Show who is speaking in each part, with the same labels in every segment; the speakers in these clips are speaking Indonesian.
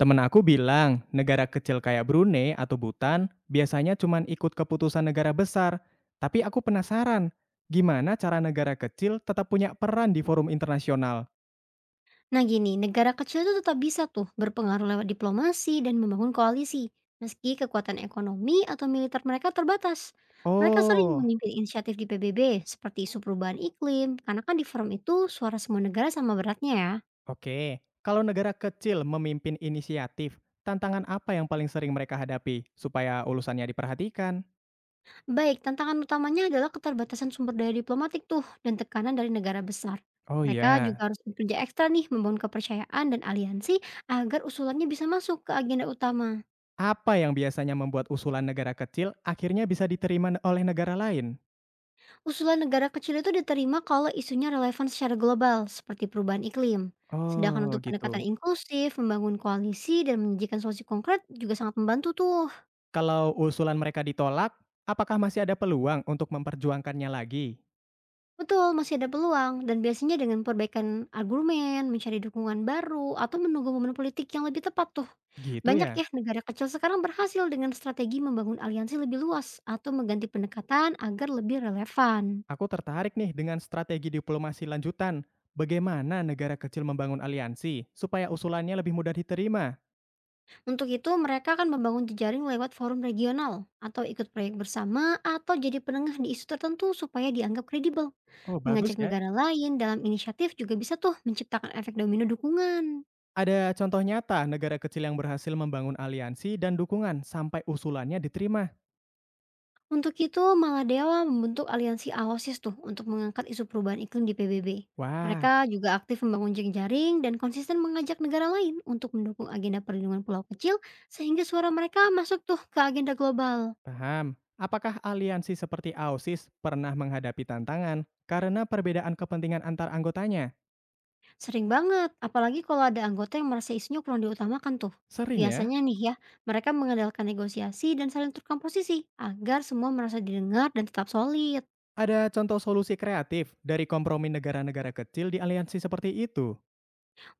Speaker 1: Temen aku bilang, negara kecil kayak Brunei atau Bhutan biasanya cuman ikut keputusan negara besar. Tapi aku penasaran, gimana cara negara kecil tetap punya peran di forum internasional?
Speaker 2: Nah gini, negara kecil itu tetap bisa tuh berpengaruh lewat diplomasi dan membangun koalisi, meski kekuatan ekonomi atau militer mereka terbatas. Mereka sering
Speaker 1: Oh,
Speaker 2: memimpin inisiatif di PBB, seperti isu perubahan iklim, karena kan di forum itu suara semua negara sama beratnya ya.
Speaker 1: oke. Kalau negara kecil memimpin inisiatif, tantangan apa yang paling sering mereka hadapi supaya ulusannya diperhatikan?
Speaker 2: Baik, tantangan utamanya adalah keterbatasan sumber daya diplomatik tuh, dan tekanan dari negara besar.
Speaker 1: Oh
Speaker 2: Mereka
Speaker 1: ya,
Speaker 2: juga harus bekerja ekstra nih membangun kepercayaan dan aliansi agar usulannya bisa masuk ke agenda utama.
Speaker 1: apa yang biasanya membuat usulan negara kecil akhirnya bisa diterima oleh negara lain?
Speaker 2: Usulan negara kecil itu diterima kalau isunya relevan secara global, seperti perubahan iklim. Sedangkan
Speaker 1: Oh,
Speaker 2: untuk pendekatan
Speaker 1: gitu.
Speaker 2: inklusif, membangun koalisi, dan menyajikan solusi konkret juga sangat membantu tuh.
Speaker 1: Kalau usulan mereka ditolak, apakah masih ada peluang untuk memperjuangkannya lagi?
Speaker 2: Betul, masih ada peluang, dan biasanya dengan perbaikan argumen, mencari dukungan baru, atau menunggu momen politik yang lebih tepat tuh.
Speaker 1: Gitu
Speaker 2: Banyak
Speaker 1: ya.
Speaker 2: ya negara kecil sekarang berhasil dengan strategi membangun aliansi lebih luas atau mengganti pendekatan agar lebih relevan.
Speaker 1: Aku tertarik nih dengan strategi diplomasi lanjutan. Bagaimana negara kecil membangun aliansi supaya usulannya lebih mudah diterima?
Speaker 2: Untuk itu, mereka akan membangun jejaring lewat forum regional atau ikut proyek bersama atau jadi penengah di isu tertentu supaya dianggap kredibel.
Speaker 1: Oh, bagus
Speaker 2: Mengajak
Speaker 1: ya.
Speaker 2: negara lain dalam inisiatif juga bisa tuh menciptakan efek domino dukungan.
Speaker 1: Ada contoh nyata negara kecil yang berhasil membangun aliansi dan dukungan sampai usulannya diterima.
Speaker 2: Untuk itu, Maladewa membentuk aliansi AOSIS tuh untuk mengangkat isu perubahan iklim di PBB.
Speaker 1: Wah,
Speaker 2: Mereka juga aktif membangun jejaring dan konsisten mengajak negara lain untuk mendukung agenda perlindungan pulau kecil sehingga suara mereka masuk tuh ke agenda global.
Speaker 1: paham. Apakah aliansi seperti AUSIS pernah menghadapi tantangan karena perbedaan kepentingan antar anggotanya?
Speaker 2: Sering banget, apalagi kalau ada anggota yang merasa isunya kurang diutamakan tuh.
Speaker 1: Sering ya?
Speaker 2: Biasanya nih ya, mereka mengandalkan negosiasi dan saling tukar posisi agar semua merasa didengar dan tetap solid.
Speaker 1: Ada contoh solusi kreatif dari kompromi negara-negara kecil di aliansi seperti itu?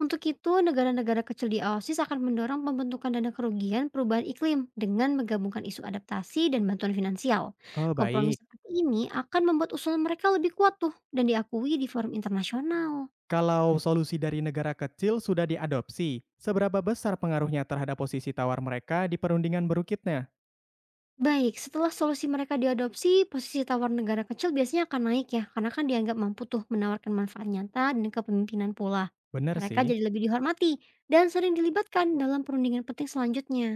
Speaker 2: Untuk itu, negara-negara kecil di OSIS akan mendorong pembentukan dana kerugian perubahan iklim dengan menggabungkan isu adaptasi dan bantuan finansial.
Speaker 1: Oh,
Speaker 2: Kompromi
Speaker 1: baik.
Speaker 2: seperti ini akan membuat usulan mereka lebih kuat tuh dan diakui di forum internasional.
Speaker 1: Kalau solusi dari negara kecil sudah diadopsi, seberapa besar pengaruhnya terhadap posisi tawar mereka di perundingan berukitnya?
Speaker 2: Baik, setelah solusi mereka diadopsi, posisi tawar negara kecil biasanya akan naik ya, karena kan dianggap mampu tuh menawarkan manfaat nyata dan kepemimpinan pula.
Speaker 1: Benar
Speaker 2: Mereka
Speaker 1: sih.
Speaker 2: jadi lebih dihormati dan sering dilibatkan dalam perundingan penting selanjutnya.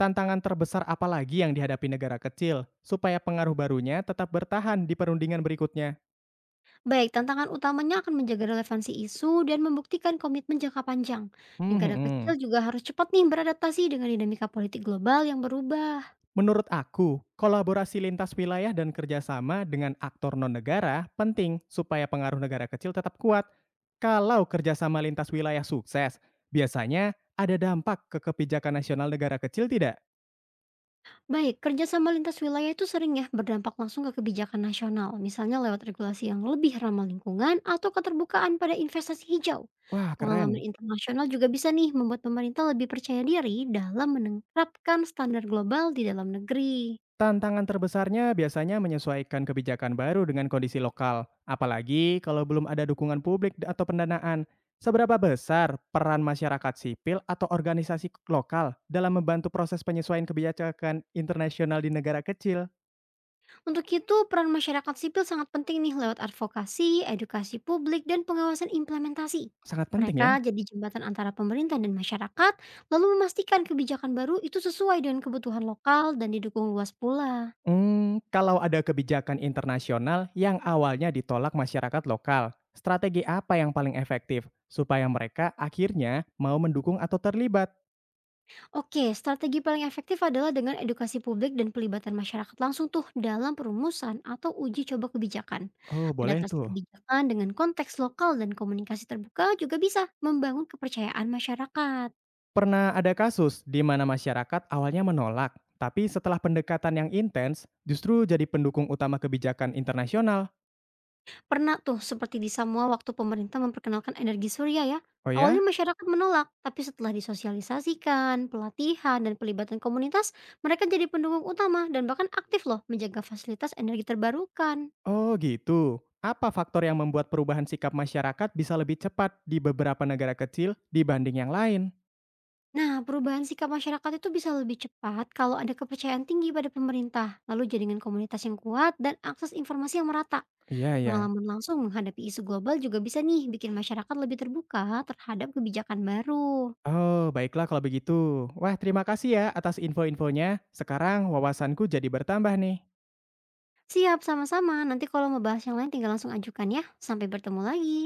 Speaker 1: Tantangan terbesar apa lagi yang dihadapi negara kecil supaya pengaruh barunya tetap bertahan di perundingan berikutnya?
Speaker 2: Baik, tantangan utamanya akan menjaga relevansi isu dan membuktikan komitmen jangka panjang.
Speaker 1: Hmm, hmm,
Speaker 2: Negara kecil
Speaker 1: hmm.
Speaker 2: juga harus cepat nih beradaptasi dengan dinamika politik global yang berubah.
Speaker 1: Menurut aku, kolaborasi lintas wilayah dan kerjasama dengan aktor non-negara penting supaya pengaruh negara kecil tetap kuat. Kalau kerjasama lintas wilayah sukses, biasanya ada dampak ke kebijakan nasional negara kecil tidak?
Speaker 2: Baik, kerjasama lintas wilayah itu sering ya berdampak langsung ke kebijakan nasional, misalnya lewat regulasi yang lebih ramah lingkungan atau keterbukaan pada investasi hijau.
Speaker 1: Wah,
Speaker 2: Pengalaman
Speaker 1: keren.
Speaker 2: internasional juga bisa nih membuat pemerintah lebih percaya diri dalam menerapkan standar global di dalam negeri.
Speaker 1: Tantangan terbesarnya biasanya menyesuaikan kebijakan baru dengan kondisi lokal, apalagi kalau belum ada dukungan publik atau pendanaan. Seberapa besar peran masyarakat sipil atau organisasi lokal dalam membantu proses penyesuaian kebijakan internasional di negara kecil?
Speaker 2: Untuk itu, peran masyarakat sipil sangat penting nih lewat advokasi, edukasi publik, dan pengawasan implementasi.
Speaker 1: Sangat penting ya.
Speaker 2: Mereka jadi jembatan antara pemerintah dan masyarakat, lalu memastikan kebijakan baru itu sesuai dengan kebutuhan lokal dan didukung luas pula.
Speaker 1: Hmm, kalau ada kebijakan internasional yang awalnya ditolak masyarakat lokal, strategi apa yang paling efektif supaya mereka akhirnya mau mendukung atau terlibat?
Speaker 2: Oke, strategi paling efektif adalah dengan edukasi publik dan pelibatan masyarakat langsung tuh dalam perumusan atau uji coba kebijakan.
Speaker 1: Oh, boleh
Speaker 2: Adaptasi
Speaker 1: tuh.
Speaker 2: kebijakan dengan konteks lokal dan komunikasi terbuka juga bisa membangun kepercayaan masyarakat.
Speaker 1: Pernah ada kasus di mana masyarakat awalnya menolak, tapi setelah pendekatan yang intens, justru jadi pendukung utama kebijakan internasional.
Speaker 2: Pernah tuh seperti di Samoa waktu pemerintah memperkenalkan energi surya ya.
Speaker 1: Oh ya?
Speaker 2: Awalnya masyarakat menolak, tapi setelah disosialisasikan, pelatihan, dan pelibatan komunitas, mereka jadi pendukung utama dan bahkan aktif loh menjaga fasilitas energi terbarukan.
Speaker 1: Oh gitu. Apa faktor yang membuat perubahan sikap masyarakat bisa lebih cepat di beberapa negara kecil dibanding yang lain?
Speaker 2: Nah, perubahan sikap masyarakat itu bisa lebih cepat kalau ada kepercayaan tinggi pada pemerintah, lalu jaringan komunitas yang kuat, dan akses informasi yang merata.
Speaker 1: Iya ya.
Speaker 2: Pengalaman langsung menghadapi isu global juga bisa nih bikin masyarakat lebih terbuka terhadap kebijakan baru.
Speaker 1: Oh, baiklah kalau begitu. Wah, terima kasih ya atas info-infonya. Sekarang wawasanku jadi bertambah nih.
Speaker 2: Siap, sama-sama. Nanti kalau mau bahas yang lain tinggal langsung ajukan ya. Sampai bertemu lagi.